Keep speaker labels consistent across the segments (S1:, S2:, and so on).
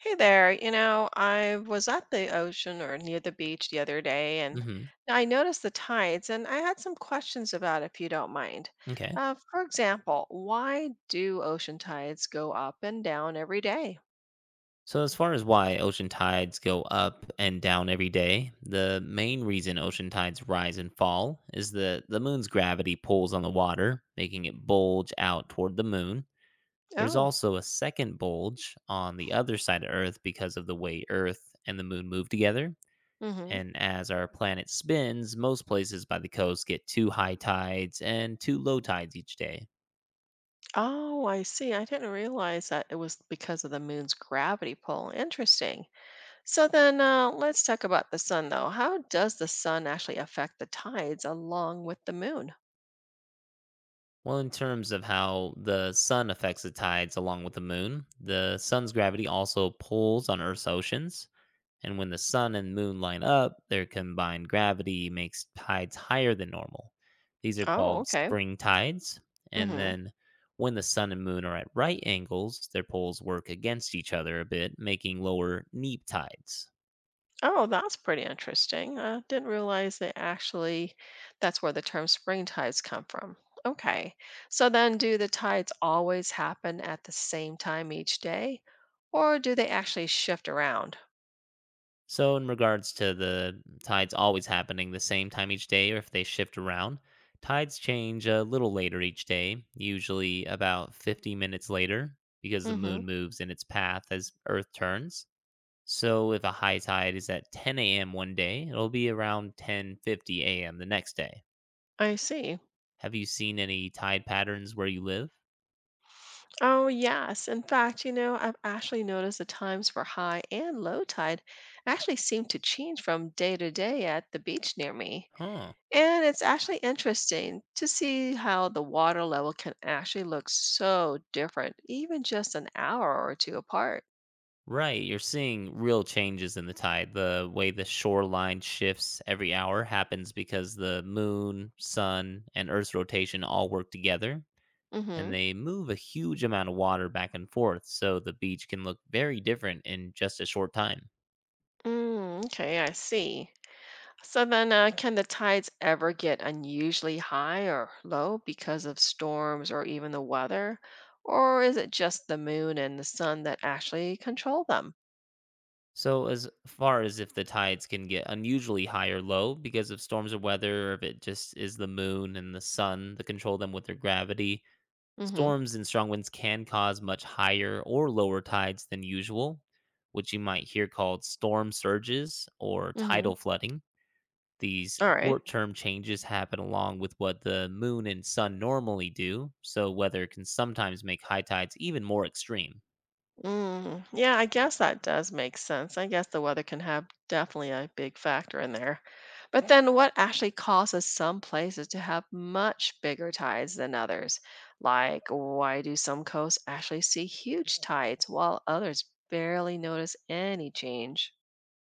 S1: Hey there. You know, I was at the ocean or near the beach the other day and
S2: Hmm.
S1: I noticed the tides, and I had some questions about if you don't mind.
S2: Okay.
S1: For example, why do ocean tides go up and down every day?
S2: So, as far as why ocean tides go up and down every day, the main reason ocean tides rise and fall is that the moon's gravity pulls on the water, making it bulge out toward the moon. There's
S1: Oh,
S2: also a second bulge on the other side of Earth because of the way Earth and the moon move together.
S1: mm-hmm.
S2: And as our planet spins, most places by the coast get two high tides and two low tides each day.
S1: Oh, I see. I didn't realize that it was because of the moon's gravity pull. Interesting. So then let's talk about the sun, though. How does the sun actually affect the tides along with the moon?
S2: Well, in terms of how the sun affects the tides along with the moon, the sun's gravity also pulls on Earth's oceans. And when the sun and moon line up, their combined gravity makes tides higher than normal. These are
S1: Oh,
S2: called
S1: okay.
S2: spring tides. And
S1: Mm-hmm.
S2: then when the sun and moon are at right angles, their poles work against each other a bit, making lower neap tides.
S1: Oh, that's pretty interesting. I didn't realize that actually that's where the term spring tides come from. Okay. So then, do the tides always happen at the same time each day, or do they actually shift around?
S2: So, in regards to the tides always happening the same time each day, or if they shift around, tides change a little later each day, usually about 50 minutes later, because the
S1: Hmm.
S2: moon moves in its path as Earth turns. So, if a high tide is at 10 a.m. one day, it'll be around 10:50 a.m. the next day.
S1: I see.
S2: Have you seen any tide patterns where you live?
S1: Oh, yes. In fact, you know, I've actually noticed the times for high and low tide actually seem to change from day to day at the beach near me.
S2: Huh.
S1: And it's actually interesting to see how the water level can actually look so different, even just an hour or two apart.
S2: Right, you're seeing real changes in the tide. The way the shoreline shifts every hour happens because the moon, sun, and Earth's rotation all work together, and
S1: Mm-hmm.
S2: they move a huge amount of water back and forth, so the beach can look very different in just a short time.
S1: Mm, okay, I see. So then, can the tides ever get unusually high or low because of storms or even the weather? Or is it just the moon and the sun that actually control them?
S2: So, as far as if the tides can get unusually high or low because of storms or weather, or if it just is the moon and the sun that control them with their gravity,
S1: Mm-hmm.
S2: storms and strong winds can cause much higher or lower tides than usual, which you might hear called storm surges or
S1: Mm-hmm.
S2: tidal flooding. These
S1: All right.
S2: short term changes happen along with what the moon and sun normally do, so weather can sometimes make high tides even more extreme.
S1: Mm, yeah, I guess that does make sense. I guess the weather can have definitely a big factor in there. But then what actually causes some places to have much bigger tides than others? Like, why do some coasts actually see huge tides while others barely notice any change?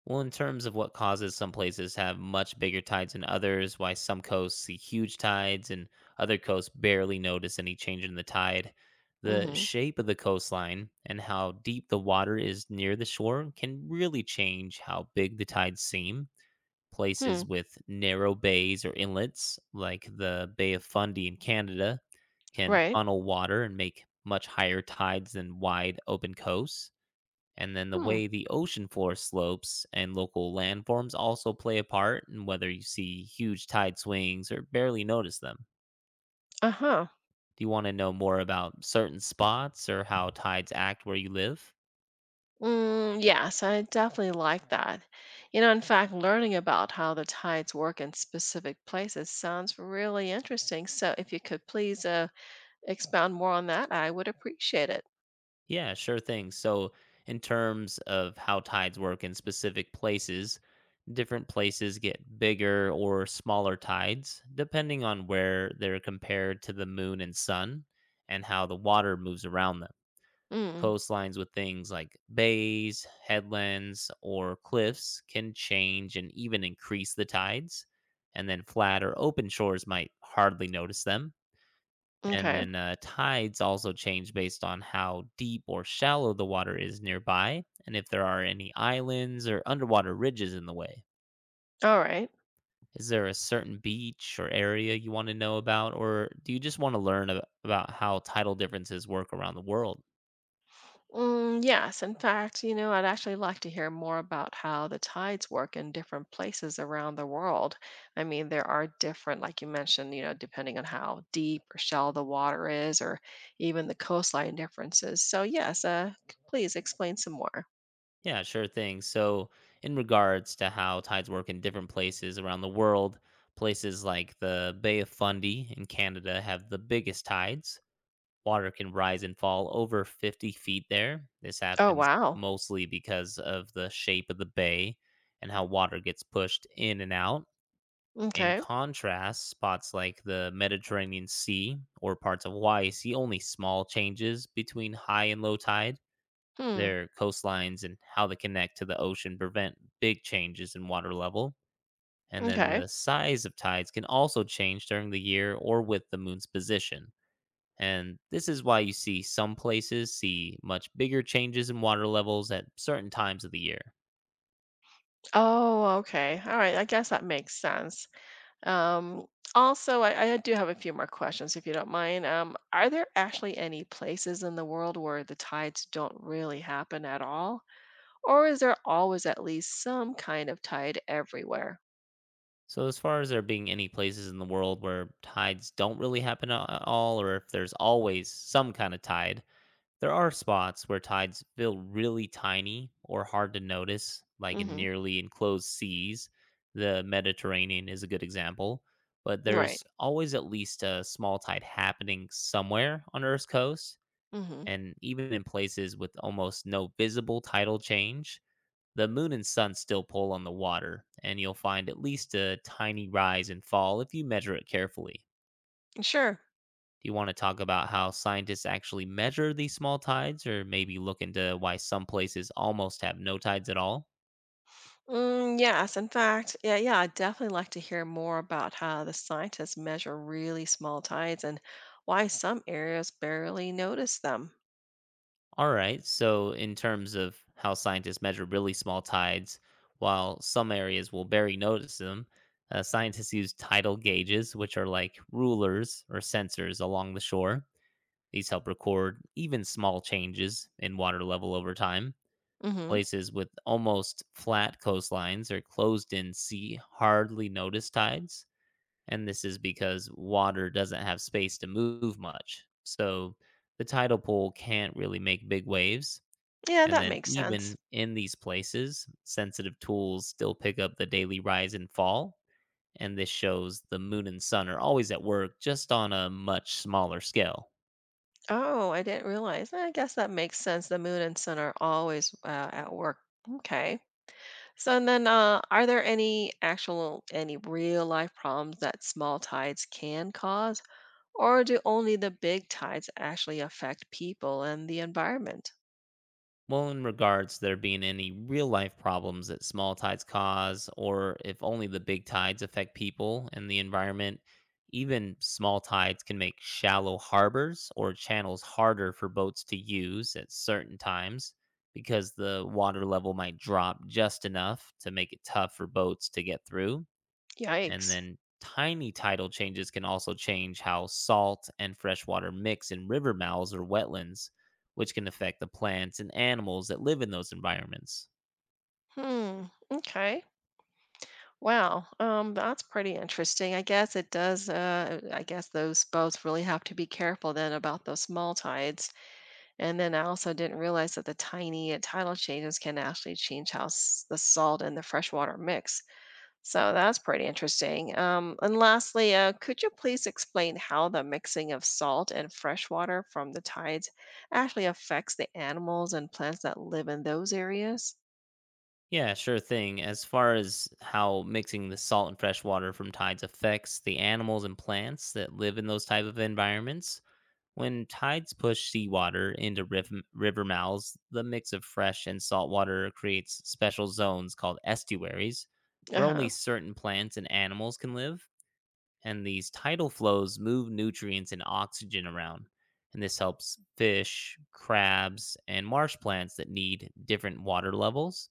S2: Well, in terms of what causes some places have much bigger tides than others, why some coasts see huge tides and other coasts barely notice any change in the tide, the
S1: Mm-hmm.
S2: shape of the coastline and how deep the water is near the shore can really change how big the tides seem.
S1: Hmm.
S2: Places with narrow bays or inlets, like the Bay of Fundy in Canada, can
S1: Right.
S2: funnel water and make much higher tides than wide open coasts, and then the
S1: Hmm.
S2: way the ocean floor slopes and local landforms also play a part in whether you see huge tide swings or barely notice them.
S1: Uh-huh.
S2: Do you want to know more about certain spots or how tides act where you live?
S1: Mm, yes, I definitely like that. You know, in fact, learning about how the tides work in specific places sounds really interesting. So, if you could please expound more on that, I would appreciate it.
S2: Yeah, sure thing. So, in terms of how tides work in specific places, different places get bigger or smaller tides depending on where they're compared to the moon and sun and how the water moves around them.
S1: Mm,
S2: Coastlines with things like bays, headlands, or cliffs can change and even increase the tides. And then flat or open shores might hardly notice them. And
S1: okay.
S2: then tides also change based on how deep or shallow the water is nearby and if there are any islands or underwater ridges in the way.
S1: All right.
S2: Is there a certain beach or area you want to know about, or do you just want to learn about how tidal differences work around the world?
S1: Mm, yes, in fact, you know, I'd actually like to hear more about how the tides work in different places around the world. I mean, there are different, like you mentioned, you know, depending on how deep or shallow the water is, or even the coastline differences. So, yes, please explain some more.
S2: Yeah, sure thing. So, in regards to how tides work in different places around the world, places like the Bay of Fundy in Canada have the biggest tides. Water can rise and fall over 50 feet there. This
S1: Oh,
S2: happens
S1: wow.
S2: mostly because of the shape of the bay and how water gets pushed in and out. In
S1: Okay.
S2: contrast, spots like the Mediterranean Sea or parts of Hawaii see only small changes between high and low tide.
S1: Hmm.
S2: Their coastlines and how they connect to the ocean prevent big changes in water level. And then
S1: Okay.
S2: the size of tides can also change during the year or with the moon's position. And this is why you see some places see much bigger changes in water levels at certain times of the year.
S1: Oh, okay. All right. I guess that makes sense. Um, Also, I do have a few more questions if you don't mind. Are there actually any places in the world where the tides don't really happen at all? Or is there always at least some kind of tide everywhere?
S2: So, as far as there being any places in the world where tides don't really happen at all, or if there's always some kind of tide, there are spots where tides feel really tiny or hard to notice, like in
S1: Hmm.
S2: nearly enclosed seas. The Mediterranean is a good example, but
S1: Right.
S2: there's always at least a small tide happening somewhere on Earth's coast.
S1: Hmm.
S2: And even in places with almost no visible tidal change, the moon and sun still pull on the water, and you'll find at least a tiny rise and fall if you measure it carefully.
S1: Sure.
S2: Do you want to talk about how scientists actually measure these small tides or maybe look into why some places almost have no tides at all?
S1: Mm, yes, in fact, yeah, I'd definitely like to hear more about how the scientists measure really small tides and why some areas barely notice them.
S2: All right, so in terms of how scientists measure really small tides, while some areas will barely notice them, scientists use tidal gauges, which are like rulers or sensors along the shore. These help record even small changes in water level over time.
S1: Hmm.
S2: Places with almost flat coastlines or closed in sea hardly notice tides, and this is because water doesn't have space to move much. So the tidal pool can't really make big waves.
S1: Yeah,
S2: And
S1: that
S2: then,
S1: makes
S2: even
S1: sense.
S2: in these places, sensitive tools still pick up the daily rise and fall. And this shows the moon and sun are always at work, just on a much smaller scale.
S1: Oh, I didn't realize. I guess that makes sense. The moon and sun are always at work. Okay. So and then, are there any real life problems that small tides can cause, or do only the big tides actually affect people and the environment?
S2: Well, in regards to there being any real life problems that small tides cause, or if only the big tides affect people and the environment, even small tides can make shallow harbors or channels harder for boats to use at certain times because the water level might drop just enough to make it tough for boats to get through. And
S1: Yikes.
S2: then tiny tidal changes can also change how salt and freshwater mix in river mouths or wetlands, which can affect the plants and animals that live in those environments.
S1: Hmm. Okay. Wow, that's pretty interesting. I guess it does. I guess those boats really have to be careful then about those small tides. And then I also didn't realize that the tiny tidal changes can actually change the salt and the freshwater mix. So that's pretty interesting. And lastly, could you please explain how the mixing of salt and freshwater from the tides actually affects the animals and plants that live in those areas?
S2: Yeah, sure thing. As far as how mixing the salt and fresh water from tides affects the animals and plants that live in those type of environments, when tides push seawater into river mouths, the mix of fresh and salt water creates special zones called estuaries,
S1: Uh
S2: where
S1: huh.
S2: only certain plants and animals can live, and these tidal flows move nutrients and oxygen around. And this helps fish, crabs, and marsh plants that need different water levels.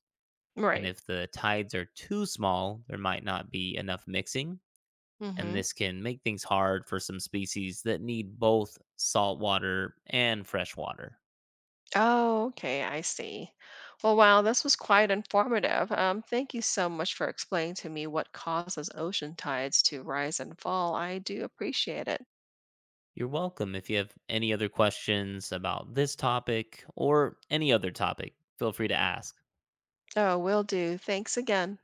S2: And
S1: Right.
S2: if the tides are too small, there might not be enough mixing.
S1: Mm
S2: And
S1: hmm.
S2: this can make things hard for some species that need both salt water and fresh water.
S1: Oh, okay, I see. Well, wow, this was quite informative. Thank you so much for explaining to me what causes ocean tides to rise and fall. I do appreciate it.
S2: You're welcome. If you have any other questions about this topic or any other topic, feel free to ask.
S1: Oh, will do. Thanks again.